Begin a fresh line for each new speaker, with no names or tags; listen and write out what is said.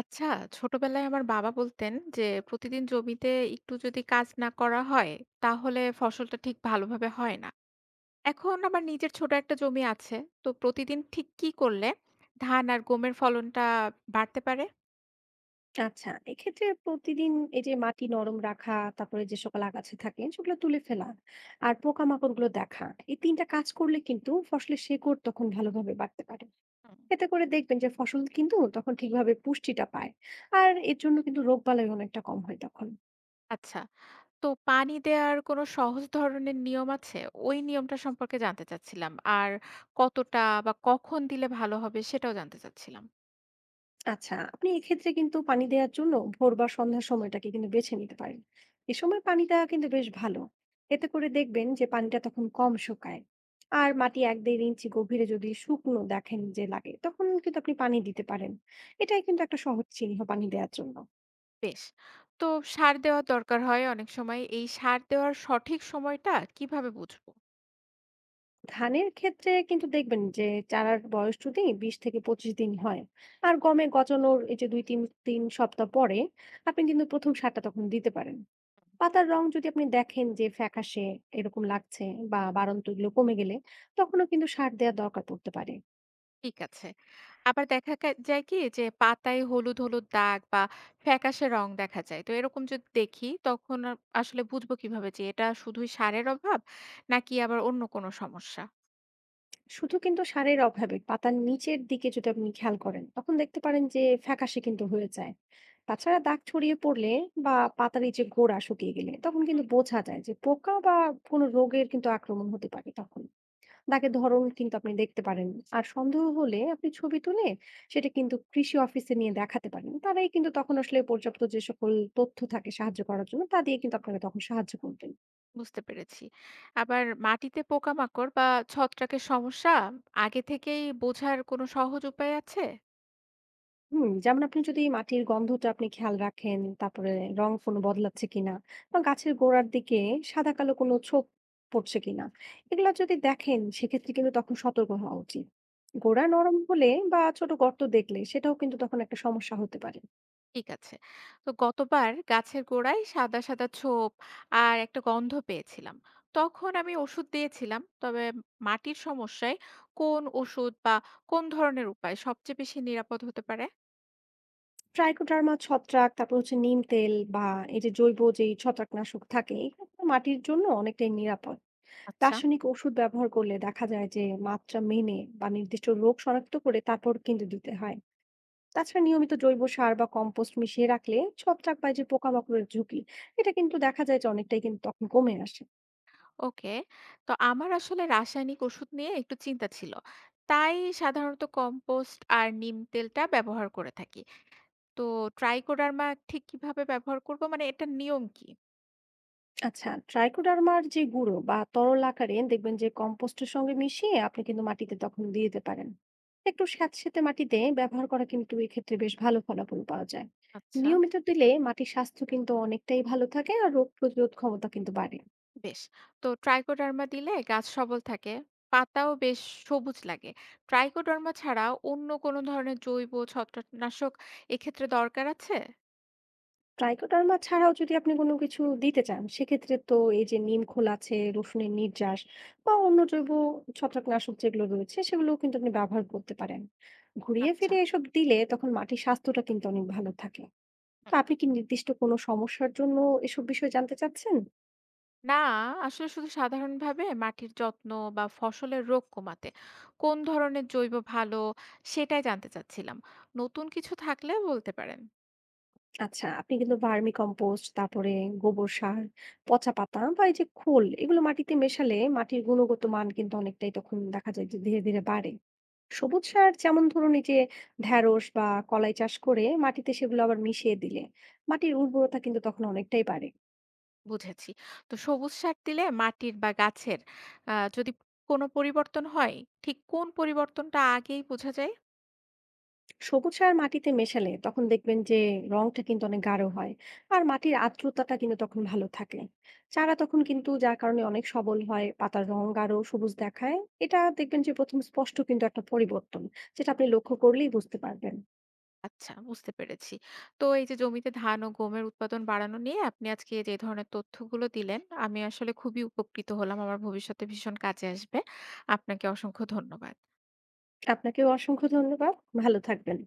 আচ্ছা, ছোটবেলায় আমার বাবা বলতেন যে, "প্রতিদিন জমিতে একটু যদি কাজ না করা হয়, তাহলে ফসলটা ঠিক ভালোভাবে হয় না।" এখন আমার নিজের ছোট একটা জমি আছে। তো প্রতিদিন ঠিক কি করলে ধান আর গমের ফলনটা বাড়তে পারে?
আচ্ছা, এক্ষেত্রে প্রতিদিন এই যে মাটি নরম রাখা, তারপরে যে সকল আগাছা থাকে সেগুলো তুলে ফেলা আর পোকামাকড়গুলো দেখা, এই ৩ টা কাজ করলে কিন্তু ফসলের শেকড় তখন ভালোভাবে বাড়তে পারে।
হুম।
এতে করে দেখবেন যে ফসল কিন্তু তখন ঠিকভাবে পুষ্টিটা পায়। আর এর জন্য কিন্তু রোগবালাই অনেকটা কম হয় তখন।
আচ্ছা, তো পানি দেওয়ার কোনো সহজ ধরনের নিয়ম আছে? ওই নিয়মটা সম্পর্কে জানতে চাচ্ছিলাম। আর কতটা বা কখন দিলে ভালো হবে সেটাও জানতে চাচ্ছিলাম।
আচ্ছা, আপনি এক্ষেত্রে কিন্তু পানি দেওয়ার জন্য ভোর বা সন্ধ্যার সময়টাকে কিন্তু বেছে নিতে পারেন। এ সময় পানি দেওয়া কিন্তু বেশ ভালো। এতে করে দেখবেন যে পানিটা তখন কম শুকায়। আর মাটি এক দেড় ইঞ্চি গভীরে যদি শুকনো দেখেন যে লাগে তখন কিন্তু আপনি পানি দিতে পারেন। এটাই কিন্তু একটা সহজ চিহ্ন পানি দেওয়ার জন্য।
বেশ। তো সার দেওয়া দরকার হয় অনেক সময়। এই সার দেওয়ার সঠিক সময়টা কিভাবে বুঝবো?
ধানের ক্ষেত্রে কিন্তু দেখবেন যে চারার বয়স যদি ২০ থেকে ২৫ দিন হয়, আর গমে গজানোর এই যে দুই তিন তিন সপ্তাহ পরে, আপনি কিন্তু প্রথম সারটা তখন দিতে পারেন। পাতার রং যদি আপনি দেখেন যে ফ্যাকাশে এরকম লাগছে, বা বাড়ন্ত এগুলো কমে গেলে তখনও কিন্তু সার দেওয়া দরকার পড়তে পারে।
ঠিক আছে। আবার দেখা কা যায় কি যে পাতায় হলুদ, হলুদ দাগ বা ফ্যাকাশে রং দেখা যায়। তো এরকম যদি দেখি তখন আসলে বুঝবো কিভাবে যে এটা শুধুই সারের অভাব নাকি আবার অন্য কোনো সমস্যা?
শুধু কিন্তু সারের অভাবে পাতার নিচের দিকে যদি আপনি খেয়াল করেন তখন দেখতে পারেন যে ফ্যাকাশে কিন্তু হয়ে যায়। তাছাড়া দাগ ছড়িয়ে পড়লে বা পাতার এই যে গোড়া শুকিয়ে গেলে তখন কিন্তু
হুম।
বোঝা যায় যে পোকা বা কোনো রোগের কিন্তু আক্রমণ হতে পারে তখন। দাগের ধরন কিন্তু আপনি দেখতে পারেন, আর সন্দেহ হলে আপনি ছবি তুলে সেটা কিন্তু কৃষি অফিসে নিয়ে দেখাতে পারেন। তারাই কিন্তু তখন আসলে পর্যাপ্ত যে সকল তথ্য থাকে সাহায্য করার জন্য তা দিয়ে কিন্তু আপনাকে তখন সাহায্য করবেন।
বুঝতে পেরেছি। আবার মাটিতে পোকামাকড় বা ছত্রাকের সমস্যা আগে থেকেই বোঝার কোনো সহজ উপায় আছে?
হুম, যেমন আপনি যদি মাটির গন্ধটা আপনি খেয়াল রাখেন, তারপরে রং কোনো বদলাচ্ছে কিনা, বা গাছের গোড়ার দিকে সাদা কালো কোনো ছোপ পড়ছে কিনা, এগুলো যদি দেখেন সেক্ষেত্রে কিন্তু তখন সতর্ক হওয়া উচিত। গোড়া নরম হলে বা ছোট গর্ত দেখলে সেটাও কিন্তু তখন একটা সমস্যা হতে পারে।
ঠিক আছে। তো গতবার গাছের গোড়ায় সাদা, সাদা ছোপ আর একটা গন্ধ পেয়েছিলাম। তখন আমি ওষুধ দিয়েছিলাম। তবে মাটির সমস্যায় কোন ওষুধ বা কোন ধরনের উপায় সবচেয়ে বেশি নিরাপদ হতে পারে?
ট্রাইকোডার্মা ছত্রাক, তারপর হচ্ছে নিম তেল বা এই যে জৈব যেই ছত্রাকনাশক থাকে এগুলো মাটির জন্য অনেকটাই নিরাপদ।
আচ্ছা।
রাসায়নিক ওষুধ ব্যবহার করলে দেখা যায় যে মাত্রা মেনে বা নির্দিষ্ট রোগ শনাক্ত করে তারপর কিন্তু দিতে হয়। তাছাড়া নিয়মিত জৈব সার বা কম্পোস্ট মিশিয়ে রাখলে ছত্রাক বা এই যে পোকামাকড়ের ঝুঁকি, এটা কিন্তু দেখা যায় যে অনেকটাই কিন্তু তখন কমে আসে।
ওকে। তো আমার আসলে রাসায়নিক ওষুধ নিয়ে একটু চিন্তা ছিল। তাই সাধারণত কম্পোস্ট আর নিম তেলটা ব্যবহার করে থাকি। তো ট্রাইকোডার্মা ঠিক কিভাবে ব্যবহার করব? মানে এটার নিয়ম কি?
আচ্ছা, ট্রাইকোডার্মার যে গুঁড়ো বা তরল আকারে দেখবেন যে কম্পোস্টের সঙ্গে মিশিয়ে আপনি কিন্তু মাটিতে তখন দিয়ে দিতে পারেন। একটু স্যাঁতসেঁতে মাটিতে ব্যবহার করা কিন্তু এক্ষেত্রে বেশ ভালো ফলাফল পাওয়া যায়।
আচ্ছা।
নিয়মিত দিলে মাটির স্বাস্থ্য কিন্তু অনেকটাই ভালো থাকে আর রোগ প্রতিরোধ ক্ষমতা কিন্তু বাড়ে।
বেশ। তো ট্রাইকোডার্মা দিলে গাছ সবল থাকে, পাতাও বেশ সবুজ লাগে। ট্রাইকোডার্মা ছাড়া অন্য কোনো ধরনের জৈব ছত্রাকনাশক এক্ষেত্রে দরকার আছে?
ট্রাইকোডার্মা ছাড়াও যদি আপনি কোনো কিছু দিতে চান সেক্ষেত্রে তো এই যে নিম খোল আছে, রসুনের নির্যাস বা অন্য জৈব ছত্রাকনাশক যেগুলো রয়েছে সেগুলোও কিন্তু আপনি ব্যবহার করতে পারেন। ঘুরিয়ে
আচ্ছা।
ফিরে এসব দিলে তখন মাটির স্বাস্থ্যটা কিন্তু অনেক ভালো থাকে। তো
হুম।
আপনি কি নির্দিষ্ট কোনো সমস্যার জন্য এসব বিষয় জানতে চাচ্ছেন?
না, আসলে শুধু সাধারণভাবে মাটির যত্ন বা ফসলের রোগ কমাতে কোন ধরনের জৈব ভালো সেটাই জানতে চাচ্ছিলাম। নতুন কিছু থাকলে বলতে পারেন।
আচ্ছা, আপনি কিন্তু ভার্মি কম্পোস্ট, তারপরে গোবর সার, পচা পাতা বা এই যে খোল এগুলো মাটিতে মেশালে মাটির গুণগত মান কিন্তু অনেকটাই তখন দেখা যায় যে ধীরে, ধীরে বাড়ে। সবুজ সার যেমন ধরুন এই যে ঢ্যাঁড়স বা কলাই চাষ করে মাটিতে সেগুলো আবার মিশিয়ে দিলে মাটির উর্বরতা কিন্তু তখন অনেকটাই বাড়ে।
বুঝেছি। তো সবুজ সার দিলে মাটির বা গাছের যদি কোনো পরিবর্তন হয়, ঠিক কোন পরিবর্তনটা আগেই বোঝা যায়?
সবুজ সার মাটিতে মেশালে তখন দেখবেন যে রংটা কিন্তু অনেক গাঢ় হয়, আর মাটির আর্দ্রতাটা কিন্তু তখন ভালো থাকে। চারা তখন কিন্তু যার কারণে অনেক সবল হয়, পাতার রং গাঢ় সবুজ দেখায়। এটা দেখবেন যে প্রথম স্পষ্ট কিন্তু একটা পরিবর্তন, যেটা আপনি লক্ষ্য করলেই বুঝতে পারবেন।
আচ্ছা, বুঝতে পেরেছি। তো এই যে জমিতে ধান ও গমের উৎপাদন বাড়ানো নিয়ে আপনি আজকে যে ধরনের তথ্যগুলো দিলেন, আমি আসলে খুবই উপকৃত হলাম। আমার ভবিষ্যতে ভীষণ কাজে আসবে। আপনাকে অসংখ্য ধন্যবাদ।
আপনাকেও অসংখ্য ধন্যবাদ। ভালো থাকবেন।